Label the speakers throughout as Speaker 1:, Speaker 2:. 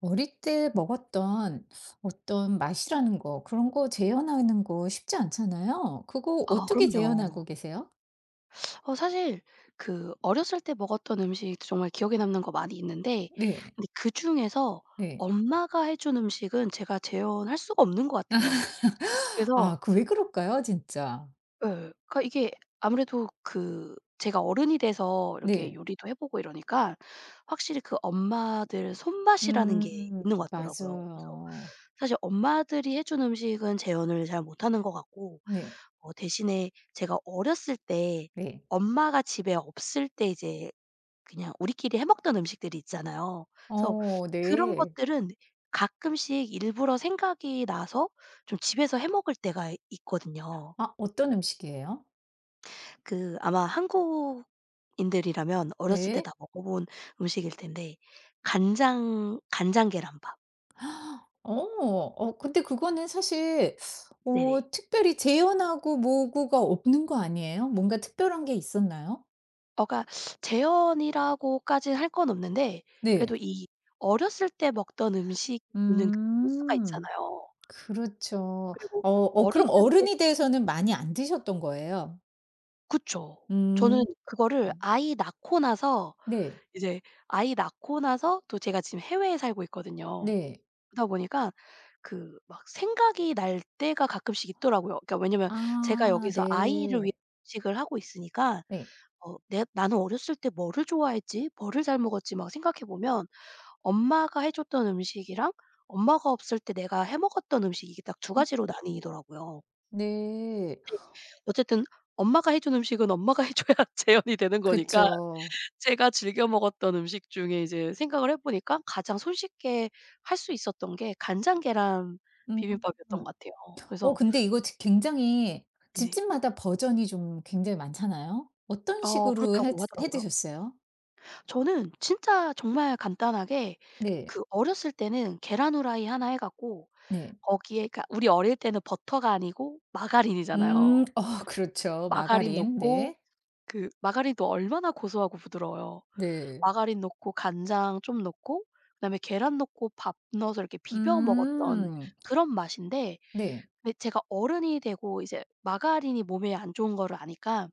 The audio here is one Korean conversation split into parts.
Speaker 1: 어릴 때 먹었던 어떤 맛이라는 거 그런 거 재현하는 거 쉽지 않잖아요. 그거
Speaker 2: 아
Speaker 1: 어떻게
Speaker 2: 그럼요.
Speaker 1: 재현하고 계세요?
Speaker 2: 사실 그 어렸을 때 먹었던 음식 정말 기억에 남는 거 많이 있는데
Speaker 1: 네.
Speaker 2: 근데 그중에서
Speaker 1: 네.
Speaker 2: 엄마가 해준 음식은 제가 재현할 수가 없는 것 같아요. 그래서
Speaker 1: 그 왜 그럴까요 진짜?
Speaker 2: 예. 그러니까 이게 아무래도 그 제가 어른이 돼서 이렇게
Speaker 1: 네.
Speaker 2: 요리도 해 보고 이러니까 확실히 그 엄마들 손맛이라는 게
Speaker 1: 음.
Speaker 2: 있는 것 같더라고요. 그래서
Speaker 1: 맞아요.
Speaker 2: 사실 엄마들이 해준 음식은 재현을 잘 못하는 것 같고
Speaker 1: 네.
Speaker 2: 대신에 제가 어렸을 때
Speaker 1: 네.
Speaker 2: 엄마가 집에 없을 때 이제 그냥 우리끼리 해 먹던 음식들이 있잖아요. 그래서
Speaker 1: 어,
Speaker 2: 그런
Speaker 1: 네.
Speaker 2: 것들은 가끔씩 일부러 생각이 나서 좀 집에서 해 먹을 때가 있거든요.
Speaker 1: 아, 어떤 음식이에요?
Speaker 2: 그 아마 한국인들이라면 어렸을 때 다
Speaker 1: 네.
Speaker 2: 먹어본 음식일 텐데 간장 계란밥.
Speaker 1: 어. 근데 그거는 사실
Speaker 2: 네네.
Speaker 1: 특별히 재현하고 뭐고가 없는 거 아니에요? 뭔가 특별한 게 있었나요?
Speaker 2: 그러니까 재현이라고까지 할 건 없는데 그래도
Speaker 1: 네.
Speaker 2: 이 어렸을 때 먹던 음식이 주는 그 향수가
Speaker 1: 음.
Speaker 2: 있잖아요.
Speaker 1: 그렇죠.
Speaker 2: 그리고
Speaker 1: 그럼
Speaker 2: 어렸을 때
Speaker 1: 어른이 돼서는 많이 안 드셨던 거예요?
Speaker 2: 그쵸. 저는
Speaker 1: 음.
Speaker 2: 그거를 아이 낳고 나서
Speaker 1: 네.
Speaker 2: 이제 아이 낳고 나서 또 제가 지금 해외에 살고 있거든요.
Speaker 1: 네.
Speaker 2: 그러다 보니까 그 막 생각이 날 때가 가끔씩 있더라고요. 그러니까 왜냐면 제가
Speaker 1: 아,
Speaker 2: 여기서 아이를 위해
Speaker 1: 네.
Speaker 2: 음식을 하고 있으니까
Speaker 1: 네.
Speaker 2: 어 내 '나는 어렸을 때 뭐를 좋아했지? 뭐를 잘 먹었지?' 막 생각해 보면 엄마가 해 줬던 음식이랑 엄마가 없을 때 내가 해 먹었던 음식 이게 딱 두
Speaker 1: 음.
Speaker 2: 가지로 나뉘더라고요.
Speaker 1: 네.
Speaker 2: 네. 어쨌든 엄마가 해준 음식은 엄마가 해 줘야 재현이 되는 거니까
Speaker 1: 그쵸.
Speaker 2: 제가 즐겨 먹었던 음식 중에 이제 생각을 해 보니까 가장 손쉽게 할 수 있었던 게 간장 계란
Speaker 1: 음.
Speaker 2: 비빔밥이었던 것 같아요. 그래서
Speaker 1: 근데 이거 지 굉장히
Speaker 2: 네,
Speaker 1: 집집마다 버전이 좀 굉장히 많잖아요. 어떤 식으로 해
Speaker 2: 그렇다고
Speaker 1: 해
Speaker 2: 하더라고요.
Speaker 1: 드셨어요?
Speaker 2: 저는 진짜 정말 간단하게
Speaker 1: 네.
Speaker 2: 그 어렸을 때는 계란 후라이 하나 해 갖고
Speaker 1: 네.
Speaker 2: 거기에 그러니까 우리 어릴 때는 버터가 아니고
Speaker 1: 음.
Speaker 2: 마가린이잖아요.
Speaker 1: 어 그렇죠.
Speaker 2: 마가린
Speaker 1: 마가린.
Speaker 2: 넣고
Speaker 1: 네.
Speaker 2: 그 마가린도 얼마나 고소하고 부드러워요.
Speaker 1: 네.
Speaker 2: 마가린 넣고 간장 좀 넣고 그다음에 계란 넣고 밥 넣어서 이렇게 비벼 먹었던
Speaker 1: 음.
Speaker 2: 그런 맛인데
Speaker 1: 네.
Speaker 2: 근데 제가 어른이 되고 이제 마가린이 몸에 안 좋은 거를 아니까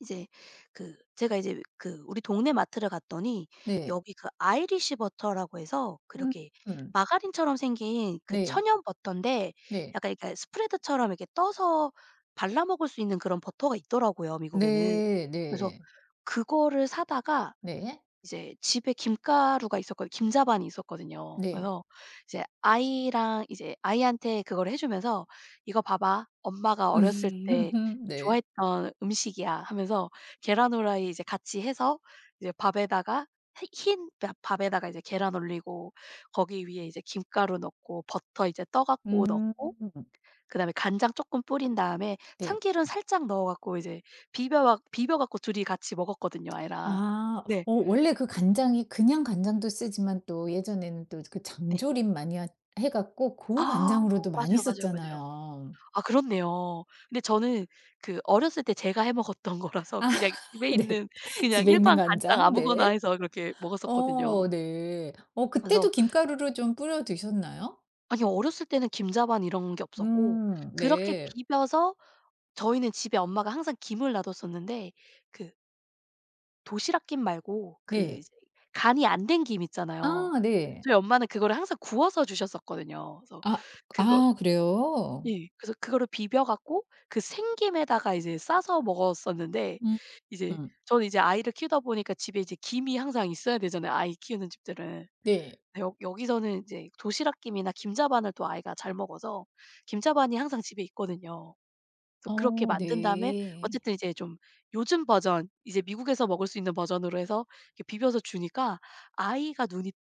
Speaker 2: 이제 그 제가 이제 그 우리 동네 마트를 갔더니
Speaker 1: 네.
Speaker 2: 여기 그 아이리시 버터라고 해서
Speaker 1: 음.
Speaker 2: 그렇게
Speaker 1: 음.
Speaker 2: 마가린처럼 생긴 그
Speaker 1: 네.
Speaker 2: 천연 버터인데
Speaker 1: 네.
Speaker 2: 약간 그러니까 스프레드처럼 이렇게 떠서 발라 먹을 수 있는 그런 버터가 있더라고요 미국에는.
Speaker 1: 네.
Speaker 2: 그래서
Speaker 1: 네.
Speaker 2: 그거를 사다가
Speaker 1: 네.
Speaker 2: 이제 집에 김가루가 있었거든 김자반이 있었거든요.
Speaker 1: 네.
Speaker 2: 그래서 이제 아이랑 이제 아이한테 그걸 해 주면서 "이거 봐봐. 엄마가 어렸을 때
Speaker 1: 음. 네.
Speaker 2: 좋아했던 음식이야." 하면서 계란 후라이 이제 같이 해서 이제 밥에다가 히 흰 밥 밥에다가 이제 계란 올리고 거기 위에 이제 김가루 넣고 버터 이제 떠 갖고
Speaker 1: 음.
Speaker 2: 넣고 그다음에 간장 쪼끔 뿌린 다음에
Speaker 1: 네.
Speaker 2: 참기름 살짝 넣어 갖고 이제 비벼 갖고 둘이 같이 먹었거든요, 아이랑.
Speaker 1: 아.
Speaker 2: 네.
Speaker 1: 원래 그 간장이 그냥 간장도 쓰지만 또 예전에는 또 그
Speaker 2: 네.
Speaker 1: 장조림 많이 하 해 갖고 고
Speaker 2: 아
Speaker 1: 간장으로도 많이
Speaker 2: 맞아요, 맞아요, 맞아요.
Speaker 1: 썼잖아요.
Speaker 2: 아 그렇네요. 근데 저는 그 어렸을 때 제가 해 먹었던 거라서
Speaker 1: 아
Speaker 2: 그냥 집에
Speaker 1: 네.
Speaker 2: 있는 그냥
Speaker 1: 집에 있는
Speaker 2: 일반 간장
Speaker 1: 간장.
Speaker 2: 아무거나
Speaker 1: 네.
Speaker 2: 해서 그렇게 먹었었거든요.
Speaker 1: 어, 네.
Speaker 2: 그래서
Speaker 1: 그때도 김가루를 좀 뿌려 드셨나요?
Speaker 2: 아니 어렸을 때는 김자반 이런 게 없었고
Speaker 1: 음.
Speaker 2: 그렇게
Speaker 1: 네.
Speaker 2: 비벼서 저희는 집에 엄마가 항상 김을 놔뒀었는데 그 도시락김 말고 그
Speaker 1: 네.
Speaker 2: 이제 간이 안 된 김 있잖아요.
Speaker 1: 아, 네.
Speaker 2: 저희 엄마는 그거를 항상 구워서 주셨었거든요. 그래서
Speaker 1: 아.
Speaker 2: 그거
Speaker 1: 아, 그래요?
Speaker 2: 예. 그래서 그거를 비벼 갖고 그 생김에다가 이제 싸서 먹었었는데
Speaker 1: 음.
Speaker 2: 이제
Speaker 1: 음.
Speaker 2: 저는 이제 아이를 키우다 보니까 집에 이제 김이 항상 있어야 되잖아요, 아이 키우는 집들은.
Speaker 1: 네.
Speaker 2: 여 여기서는 이제 도시락김이나 김자반을 또 아이가 잘 먹어서 김자반이 항상 집에 있거든요. 그래서 그렇게
Speaker 1: 어,
Speaker 2: 만든 다음에
Speaker 1: 네.
Speaker 2: 어쨌든 이제 좀 요즘 버전 이제 미국에서 먹을 수 있는 버전으로 해서 이렇게 비벼서 주니까 아이가 눈이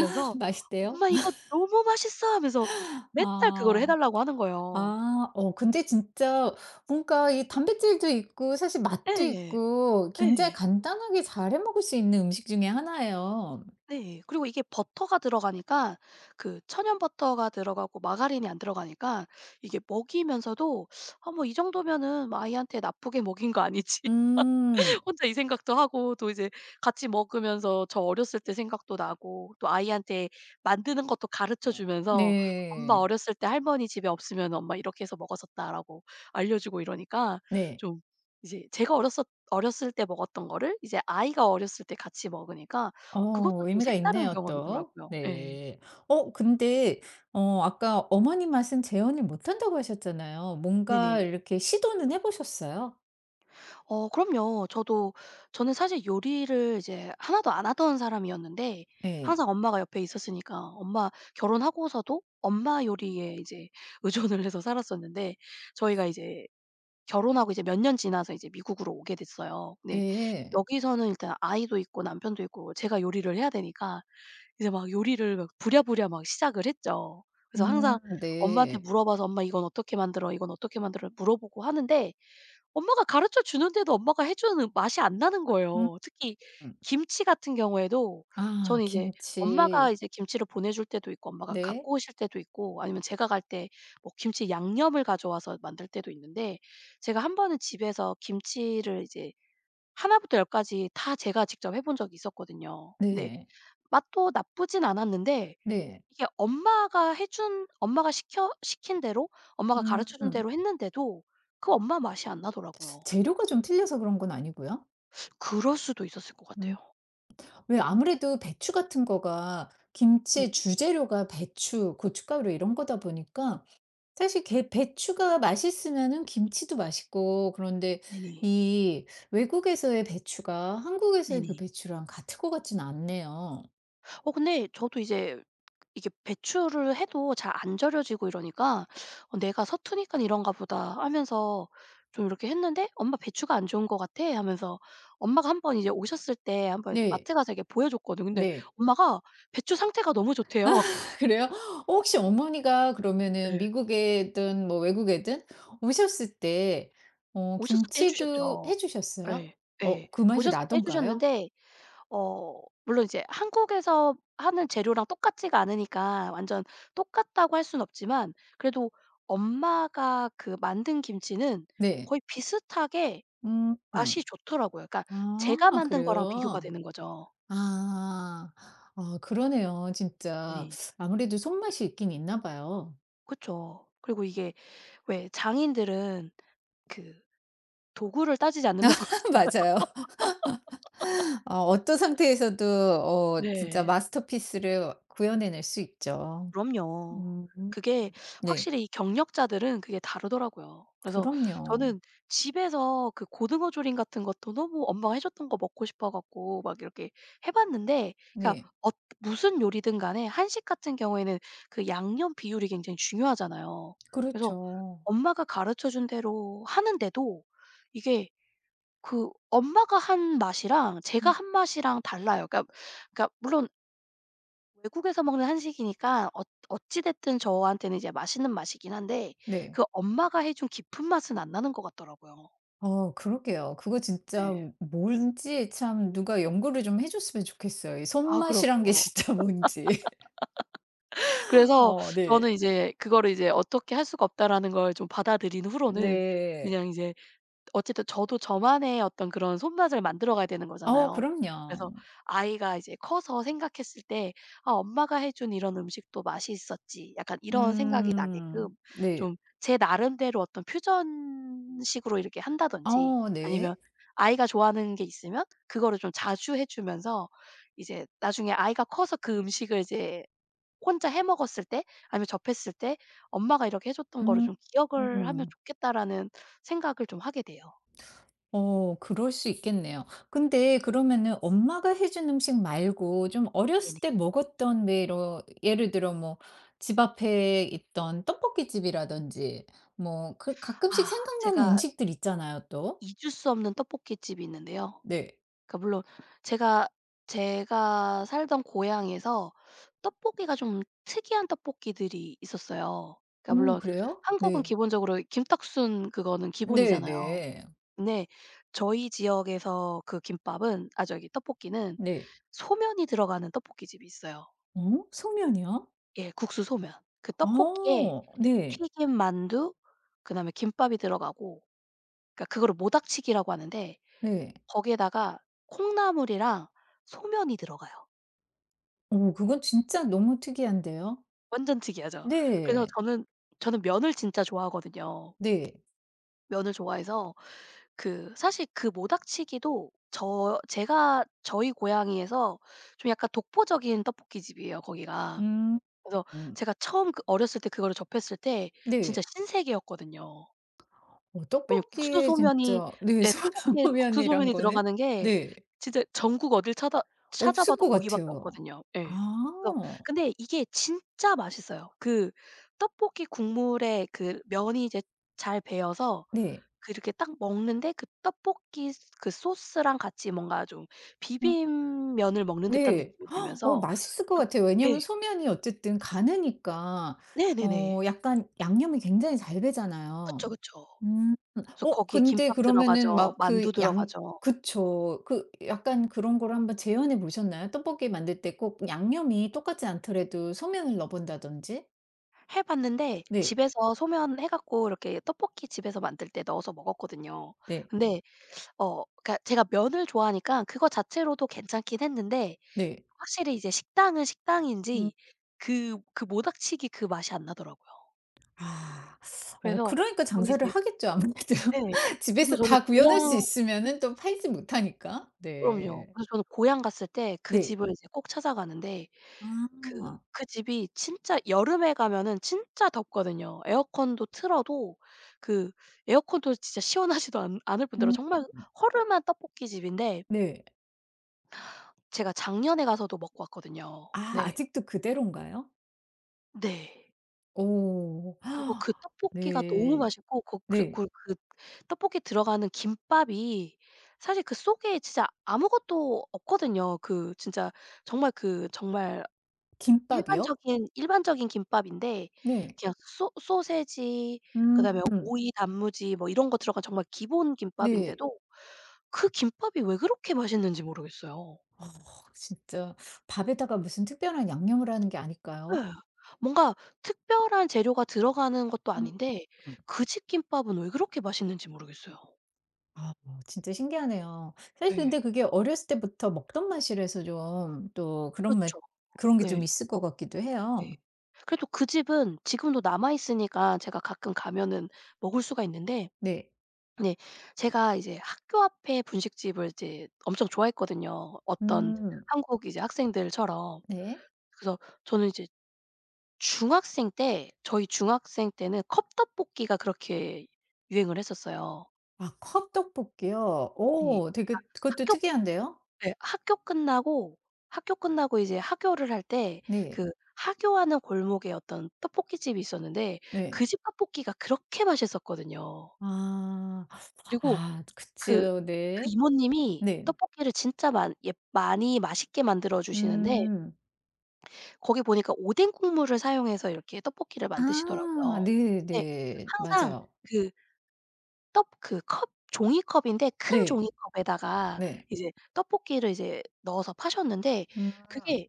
Speaker 1: 맛있대요?
Speaker 2: "엄마 이거 너무 맛있어." 하면서 맨날 그거를 해
Speaker 1: 아.
Speaker 2: 달라고 하는 거예요.
Speaker 1: 근데 진짜 뭔가 이 단백질도 있고 사실 맛도
Speaker 2: 예.
Speaker 1: 있고 굉장히
Speaker 2: 예.
Speaker 1: 간단하게 잘해 먹을 수 있는 음식 중에 하나예요.
Speaker 2: 네. 그리고 이게 버터가 들어가니까 그 천연 버터가 들어가고 마가린이 안 들어가니까 이게 먹이면서도 '아 뭐 이 정도면은 아이한테 나쁘게 먹인 거 아니지?'
Speaker 1: 음.
Speaker 2: 혼자 이 생각도 하고 또 이제 같이 먹으면서 저 어렸을 때 생각도 나고 또 아이한테 만드는 것도 가르쳐 주면서 엄마
Speaker 1: 네.
Speaker 2: 어렸을 때 할머니 집에 없으면 엄마 이렇게 해서 먹었었다라고 알려주고 이러니까
Speaker 1: 네.
Speaker 2: 좀 이제 제가 어렸었 어렸을 때 먹었던 거를 이제 아이가 어렸을 때 같이 먹으니까 그것도
Speaker 1: 어,
Speaker 2: 좀
Speaker 1: 의미가
Speaker 2: 색다른
Speaker 1: 있네요 또.
Speaker 2: 경험이더라고요. 예.
Speaker 1: 네. 근데 아까 어머니 맛은 재현을 못한다고 하셨잖아요.
Speaker 2: 네네.
Speaker 1: 뭔가 이렇게 시도는 해 보셨어요?
Speaker 2: 그럼요. 저도 저는 사실 요리를 이제 하나도 안 하던 사람이었는데
Speaker 1: 네.
Speaker 2: 항상 엄마가 옆에 있었으니까 엄마 결혼하고서도 엄마 요리에 이제 의존을 해서 살았었는데 저희가 이제 결혼하고 이제 몇 년 지나서 이제 미국으로 오게 됐어요. 근데
Speaker 1: 네.
Speaker 2: 여기서는 일단 아이도 있고 남편도 있고 제가 요리를 해야 되니까 이제 막 요리를 막 부랴부랴 막 시작을 했죠. 그래서 항상
Speaker 1: 음.
Speaker 2: 엄마한테
Speaker 1: 네.
Speaker 2: 물어봐서 "엄마 이건 어떻게 만들어? 이건 어떻게 만들어?" 물어보고 하는데 엄마가 가르쳐 주는데도 엄마가 해 주는 맛이 안 나는 거예요. 특히
Speaker 1: 음.
Speaker 2: 김치 같은 경우에도
Speaker 1: 아,
Speaker 2: 저는 이제 엄마가
Speaker 1: 김치.
Speaker 2: 이제 김치를 보내줄 때도 있고 엄마가
Speaker 1: 네.
Speaker 2: 갖고 오실 때도 있고 아니면 제가 갈 때 뭐 김치 양념을 가져와서 만들 때도 있는데 제가 한 번은 집에서 김치를 이제 나 부터 열 까지 다 제가 직접 해본 적이 있었거든요. 근데
Speaker 1: 네.
Speaker 2: 맛도 나쁘진 않았는데
Speaker 1: 네.
Speaker 2: 이게 엄마가 해준 엄마가 시켜 시킨 대로 엄마가 가르쳐 준
Speaker 1: 음.
Speaker 2: 대로 했는데도 그 엄마 맛이 안 나더라고요.
Speaker 1: 재료가 좀 틀려서 그런 건 아니고요?
Speaker 2: 그럴 수도 있었을 것
Speaker 1: 음.
Speaker 2: 같아요.
Speaker 1: 왜 아무래도 배추 같은 거가 김치의
Speaker 2: 네네.
Speaker 1: 주재료가 배추, 고춧가루 이런 거다 보니까 사실 게 배추가 맛있으면은 김치도 맛있고 그런데
Speaker 2: 네네.
Speaker 1: 이 외국에서의 배추가 한국에서의 그
Speaker 2: 네네.
Speaker 1: 배추랑 같을 것 같지는 않네요.
Speaker 2: 근데 저도 이제 이게 배추를 해도 잘 안 절여지고 이러니까 '어 내가 서투니깐 이런가 보다.' 하면서 좀 이렇게 했는데 "엄마 배추가 안 좋은 것 같아." 하면서 엄마가 한번 이제 오셨을 때 한번
Speaker 1: 네.
Speaker 2: 마트 가서 이렇게 보여줬거든요. 근데
Speaker 1: 네.
Speaker 2: 엄마가 배추 상태가 너무 좋대요.
Speaker 1: 그래요? 혹시 어머니가 그러면은
Speaker 2: 예.
Speaker 1: 미국에든 뭐 외국에든 오셨을 때
Speaker 2: 오셨을 때 해
Speaker 1: 김치도
Speaker 2: 주셨죠.
Speaker 1: 해 주셨어요?
Speaker 2: 예. 예.
Speaker 1: 그 맛이
Speaker 2: 오셨을 때 해
Speaker 1: 나던가요?
Speaker 2: 주셨는데 물론 이제 한국에서 하는 재료랑 똑같지가 않으니까 완전 똑같다고 할 수는 없지만 그래도 엄마가 그 만든 김치는
Speaker 1: 네.
Speaker 2: 거의 비슷하게
Speaker 1: 음. 음.
Speaker 2: 맛이 좋더라고요. 그러니까 제가
Speaker 1: 아,
Speaker 2: 만든 거랑 비교가
Speaker 1: 그래요?
Speaker 2: 되는 거죠.
Speaker 1: 아. 어, 그러네요 진짜.
Speaker 2: 네네.
Speaker 1: 아무래도 손맛이 있긴 있나 봐요.
Speaker 2: 그쵸. 그리고 이게 왜 장인들은 그 도구를 따지지 않는다고 하죠.
Speaker 1: 맞아요. 어떤 상태에서도 어 진짜
Speaker 2: 네.
Speaker 1: 마스터피스를 구현해낼 수 있죠.
Speaker 2: 그럼요.
Speaker 1: 음.
Speaker 2: 그게
Speaker 1: 네.
Speaker 2: 확실히 이 경력자들은 그게 다르더라고요. 그래서
Speaker 1: 그럼요.
Speaker 2: 저는 집에서 그 고등어 조림 같은 것도 너무 엄마가 해 줬던 거 먹고 싶어 갖고 막 이렇게 해 봤는데 그러니까
Speaker 1: 네.
Speaker 2: 무슨 요리든 간에 한식 같은 경우에는 그 양념 비율이 굉장히 중요하잖아요. 그래서
Speaker 1: 그렇죠.
Speaker 2: 엄마가 가르쳐 준 대로 하는데도 이게 그 엄마가 한 맛이랑 제가
Speaker 1: 음.
Speaker 2: 한 맛이랑 달라요. 그러니까 그러니까 물론 외국에서 먹는 한식이니까 어찌 됐든 저한테는 이제 맛있는 맛이긴 한데
Speaker 1: 네.
Speaker 2: 그 엄마가 해준 깊은 맛은 안 나는 것 같더라고요.
Speaker 1: 어, 그러게요. 그거 진짜
Speaker 2: 네.
Speaker 1: 뭔지 참 누가 연구를 좀 해 줬으면 좋겠어요. 이
Speaker 2: 아
Speaker 1: 손맛이란 게
Speaker 2: 그러게요.
Speaker 1: 진짜 뭔지.
Speaker 2: 그래서
Speaker 1: 어, 네.
Speaker 2: 저는 이제 그거를 이제 '어떻게 할 수가 없다.'라는 걸 좀 받아들인 후로는
Speaker 1: 네.
Speaker 2: 그냥 이제 어쨌든 저도 저만의 어떤 그런 손맛을 만들어 가야 되는
Speaker 1: 어,
Speaker 2: 거잖아요. 그래서
Speaker 1: 그럼요.
Speaker 2: 아이가 이제 커서 생각했을 때 '아 엄마가 해준 이런 음식도 맛이 있었지.' 약간 이런 생각이 나게끔
Speaker 1: 음. 네.
Speaker 2: 좀 제 나름대로 어떤 퓨전식으로 이렇게 한다든지
Speaker 1: 어,
Speaker 2: 아니면
Speaker 1: 네.
Speaker 2: 아이가 좋아하는 게 있으면 그거를 좀 자주 해 주면서 이제 나중에 아이가 커서 그 음식을 이제 혼자 해 먹었을 때 아니면 접했을 때 '엄마가 이렇게 해 줬던 거를
Speaker 1: 음.
Speaker 2: 좀 기억을 하면
Speaker 1: 음.
Speaker 2: 좋겠다.'라는 생각을 좀 하게 돼요.
Speaker 1: 어, 그럴 수 있겠네요. 근데 그러면은 엄마가 해준 음식 말고 좀
Speaker 2: 네네.
Speaker 1: 어렸을 때 먹었던 왜이 예를 들어 뭐 집 앞에 있던 떡볶이집이라든지 뭐 그 가끔씩
Speaker 2: 아
Speaker 1: 생각나는
Speaker 2: 제가
Speaker 1: 음식들 있잖아요 또.
Speaker 2: 잊을 수 없는 떡볶이집이 있는데요.
Speaker 1: 네.
Speaker 2: 그러니까 물론 제가 살던 고향에서 떡볶이가 좀 특이한 떡볶이들이 있었어요. 그러니까
Speaker 1: 오,
Speaker 2: 물론
Speaker 1: 그래요?
Speaker 2: 한국은
Speaker 1: 네.
Speaker 2: 기본적으로 김떡순 그거는
Speaker 1: 네. 네.
Speaker 2: 기본이잖아요.
Speaker 1: 네.
Speaker 2: 근데 저희 지역에서 그 김밥은 아 저기 떡볶이는
Speaker 1: 네.
Speaker 2: 소면이 들어가는 떡볶이집이 있어요.
Speaker 1: 어? 소면이요?
Speaker 2: 예 국수 소면. 그 떡볶이에
Speaker 1: 어, 네.
Speaker 2: 튀김 만두 그다음에 김밥이 들어가고 그러니까 그거를 모닥치기라고 하는데
Speaker 1: 네.
Speaker 2: 거기에다가 콩나물이랑 소면이 들어가요.
Speaker 1: 오, 그건 진짜 너무 특이한데요.
Speaker 2: 완전 특이하죠. 그래서
Speaker 1: 네.
Speaker 2: 저는 면을 진짜 좋아하거든요.
Speaker 1: 네.
Speaker 2: 면을 좋아해서 그 사실 그 모닥치기도 저 제가 저희 고향이에서 좀 약간 독보적인 떡볶이집이에요 거기가.
Speaker 1: 음.
Speaker 2: 그래서
Speaker 1: 음.
Speaker 2: 제가 처음 그 어렸을 때 그거를 접했을 때 진짜
Speaker 1: 네.
Speaker 2: 신세계였거든요. 왜냐면 국수
Speaker 1: 떡볶이에
Speaker 2: 소면이
Speaker 1: 진짜 네
Speaker 2: 예 떡볶이에 국수
Speaker 1: 소라면이란
Speaker 2: 소면이
Speaker 1: 거는
Speaker 2: 들어가는 게
Speaker 1: 네
Speaker 2: 진짜 전국 어딜
Speaker 1: 없을
Speaker 2: 찾아봐도
Speaker 1: 것
Speaker 2: 거기밖에
Speaker 1: 같아요.
Speaker 2: 없거든요. 예. 그래서
Speaker 1: 아.
Speaker 2: 근데 이게 진짜 맛있어요. 그 떡볶이 국물에 그 면이 이제 잘 배어서
Speaker 1: 네.
Speaker 2: 그 이렇게 딱 먹는데 그 떡볶이 그 소스랑 같이 뭔가 좀 비빔면을 먹는 듯한
Speaker 1: 네.
Speaker 2: 느낌이
Speaker 1: 헉, 어
Speaker 2: 들면서
Speaker 1: 맛있을 것
Speaker 2: 또
Speaker 1: 같아요.
Speaker 2: 예.
Speaker 1: 왜냐면 소면이 어쨌든 가느니까
Speaker 2: 네네네.
Speaker 1: 약간 양념이 굉장히 잘
Speaker 2: 그쵸,
Speaker 1: 배잖아요.
Speaker 2: 그쵸.
Speaker 1: 음.
Speaker 2: 그래서 거기에
Speaker 1: 근데
Speaker 2: 김밥
Speaker 1: 그러면은
Speaker 2: 들어가죠.
Speaker 1: 막
Speaker 2: 만두
Speaker 1: 그 양
Speaker 2: 들어가죠.
Speaker 1: 그쵸. 그 약간 그런 걸 한번 재현해 보셨나요? 떡볶이 만들 때 꼭 양념이 똑같지 않더라도 소면을 넣어 본다든지.
Speaker 2: 해 봤는데
Speaker 1: 네.
Speaker 2: 집에서 소면 해 갖고 이렇게 떡볶이 집에서 만들 때 넣어서 먹었거든요.
Speaker 1: 네.
Speaker 2: 근데 그러니까 제가 면을 좋아하니까 그거 자체로도 괜찮긴 했는데
Speaker 1: 네.
Speaker 2: 확실히 이제 식당은
Speaker 1: 음.
Speaker 2: 식당인지 그 그 모닥치기 그 맛이 안 나더라고요.
Speaker 1: 아. 어,
Speaker 2: 그래서
Speaker 1: 그러니까
Speaker 2: 저는
Speaker 1: 장사를
Speaker 2: 이제
Speaker 1: 하겠죠 아무래도.
Speaker 2: 예. 그래서
Speaker 1: 집에서
Speaker 2: 저는
Speaker 1: 다 구현할 수
Speaker 2: 고향
Speaker 1: 있으면은 또 팔지 못하니까.
Speaker 2: 그럼요.
Speaker 1: 네.
Speaker 2: 그래서 저는 고향 갔을 때 그
Speaker 1: 네.
Speaker 2: 집을 이제 꼭 찾아가는데 그
Speaker 1: 아.
Speaker 2: 그 집이 진짜 여름에 가면은 진짜 덥거든요. 에어컨도 틀어도 그 에어컨도 진짜 시원하지도 않 않을 뿐더러
Speaker 1: 음.
Speaker 2: 정말 허름한 떡볶이 집인데
Speaker 1: 네.
Speaker 2: 제가 작년에 가서도 먹고 왔거든요.
Speaker 1: 아,
Speaker 2: 근데
Speaker 1: 아직도 그대로인가요?
Speaker 2: 네.
Speaker 1: 오.
Speaker 2: 그리고 그 떡볶이가 너무
Speaker 1: 네.
Speaker 2: 맛있고 그 그
Speaker 1: 네.
Speaker 2: 그 그 떡볶이 들어가는 김밥이 사실 그 속에 진짜 아무것도 없거든요. 그 진짜 정말 그 정말
Speaker 1: 김밥이요?
Speaker 2: 일반적인 김밥인데
Speaker 1: 네.
Speaker 2: 그냥 소 소세지
Speaker 1: 음.
Speaker 2: 그다음에 오이 단무지 뭐 이런 거 들어간 정말 기본
Speaker 1: 네.
Speaker 2: 김밥인데도 그 김밥이 왜 그렇게 맛있는지 모르겠어요.
Speaker 1: 어, 진짜 밥에다가 무슨 특별한 양념을 하는 게 아닐까요?
Speaker 2: 예. 뭔가 특별한 재료가 들어가는 것도
Speaker 1: 음.
Speaker 2: 아닌데 그 집 김밥은 왜 그렇게 맛있는지 모르겠어요.
Speaker 1: 아, 진짜 신기하네요. 사실
Speaker 2: 예.
Speaker 1: 근데 그게 어렸을 때부터 먹던 맛이라서 좀 또 그런 맛
Speaker 2: 그렇죠.
Speaker 1: 그런 게
Speaker 2: 예.
Speaker 1: 좀 있을 것 같기도
Speaker 2: 네.
Speaker 1: 해요.
Speaker 2: 그래도 그 집은 지금도 남아 있으니까 제가 가끔 가면은 먹을 수가 있는데
Speaker 1: 네.
Speaker 2: 네. 제가 이제 학교 앞에 분식집을 이제 엄청 좋아했거든요, 어떤
Speaker 1: 음.
Speaker 2: 한국 이제 학생들처럼.
Speaker 1: 네.
Speaker 2: 그래서 저는 이제 중학생 때 저희 중학생 때는 컵떡볶이가 그렇게 유행을 했었어요.
Speaker 1: 아, 컵떡볶이요?
Speaker 2: 네.
Speaker 1: 오
Speaker 2: 그러니까
Speaker 1: 되게 그것도
Speaker 2: 학교
Speaker 1: 특이한데요?
Speaker 2: 예 학교 끝나고 이제 하교를 할 때
Speaker 1: 네.
Speaker 2: 그 하교하는 골목에 어떤 떡볶이집이 있었는데 그
Speaker 1: 네.
Speaker 2: 집 떡볶이가 그렇게 맛있었거든요.
Speaker 1: 아.
Speaker 2: 그리고
Speaker 1: 아,
Speaker 2: 그
Speaker 1: 그쵸.
Speaker 2: 그
Speaker 1: 네.
Speaker 2: 이모님이
Speaker 1: 네. 네.
Speaker 2: 떡볶이를 진짜 많 예 많이 맛있게 만들어 주시는데
Speaker 1: 음.
Speaker 2: 거기 보니까 오뎅 국물을 사용해서 이렇게 떡볶이를
Speaker 1: 아,
Speaker 2: 만드시더라고요. 근데
Speaker 1: 네네.
Speaker 2: 항상
Speaker 1: 맞아요.
Speaker 2: 그 떡 그 컵 종이컵인데 큰
Speaker 1: 네.
Speaker 2: 종이컵에다가
Speaker 1: 네.
Speaker 2: 이제 떡볶이를 이제 넣어서 파셨는데
Speaker 1: 음.
Speaker 2: 그게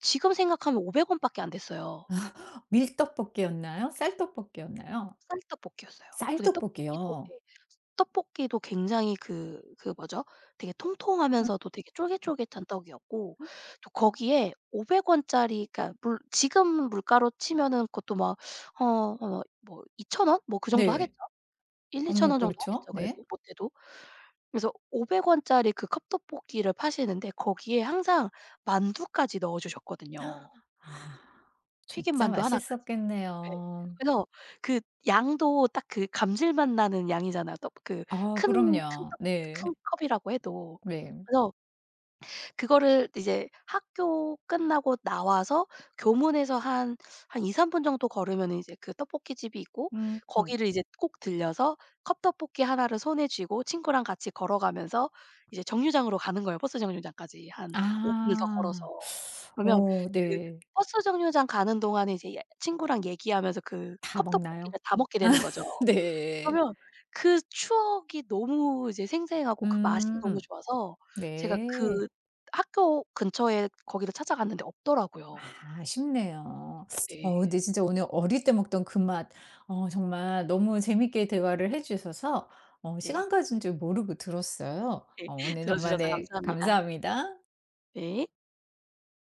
Speaker 2: 지금 생각하면 500원 원밖에 안 됐어요.
Speaker 1: 밀떡볶이였나요? 쌀떡볶이였나요?
Speaker 2: 쌀떡볶이였어요. 근데 떡볶이도
Speaker 1: 쌀떡볶이요.
Speaker 2: 예 떡볶이도 굉장히 그 그 뭐죠? 되게
Speaker 1: 음.
Speaker 2: 통통하면서도 되게 쫄깃쫄깃한 떡이었고 또 거기에 500 원짜리 그러니까 물 지금 물가로 치면은 그것도 막 뭐 2,000 원? 뭐 그 정도 하겠죠?
Speaker 1: 네.
Speaker 2: 1-2,000
Speaker 1: 어머,
Speaker 2: 원 정도
Speaker 1: 그렇죠.
Speaker 2: 하겠죠
Speaker 1: 네.
Speaker 2: 그래도 못해도. 그래서 500 원짜리 그 컵떡볶이를 파시는데 거기에 항상 만두까지 넣어 주셨거든요.
Speaker 1: 아,
Speaker 2: 튀김
Speaker 1: 진짜
Speaker 2: 만두 하나까지. 네.
Speaker 1: 맛있었겠네요.
Speaker 2: 그래서 그 양도 딱 그 감질맛 나는 양이잖아요. 떡 그
Speaker 1: 아,
Speaker 2: 큰
Speaker 1: 그럼요.
Speaker 2: 떡
Speaker 1: 네.
Speaker 2: 큰 컵이라고 해도.
Speaker 1: 네.
Speaker 2: 그래서 그거를 이제 학교 끝나고 나와서 교문에서 한 2-3분 정도 걸으면은 이제 그 떡볶이 집이 있고
Speaker 1: 음. 음.
Speaker 2: 거기를 이제 꼭 들려서 컵떡볶이 하나를 손에 쥐고 친구랑 같이 걸어가면서 이제 정류장으로 가는 거예요, 버스 정류장까지 한 5 분을 더 걸어서.
Speaker 1: 아.
Speaker 2: 그러면
Speaker 1: 어,
Speaker 2: 그
Speaker 1: 네.
Speaker 2: 버스 정류장 가는 동안에 이제 예 친구랑 얘기하면서 그
Speaker 1: 다 먹나요?
Speaker 2: 컵떡볶이를 다 먹게 되는 거죠.
Speaker 1: 네.
Speaker 2: 그러면 그 추억이 너무 이제 생생하고 그 맛이 너무
Speaker 1: 음.
Speaker 2: 좋아서 제가
Speaker 1: 네.
Speaker 2: 그 학교 근처에 거기를 찾아갔는데 없더라고요.
Speaker 1: 아, 아쉽네요.
Speaker 2: 네.
Speaker 1: 근데 진짜 오늘 어릴 때 먹던 그 맛 어 정말 너무 재밌게 대화를 해 주셔서 어
Speaker 2: 네.
Speaker 1: 시간 가진 줄 모르고 들었어요.
Speaker 2: 네.
Speaker 1: 어, 오늘
Speaker 2: 들어
Speaker 1: 정말
Speaker 2: 주셔서
Speaker 1: 네
Speaker 2: 감사합니다.
Speaker 1: 감사합니다.
Speaker 2: 네.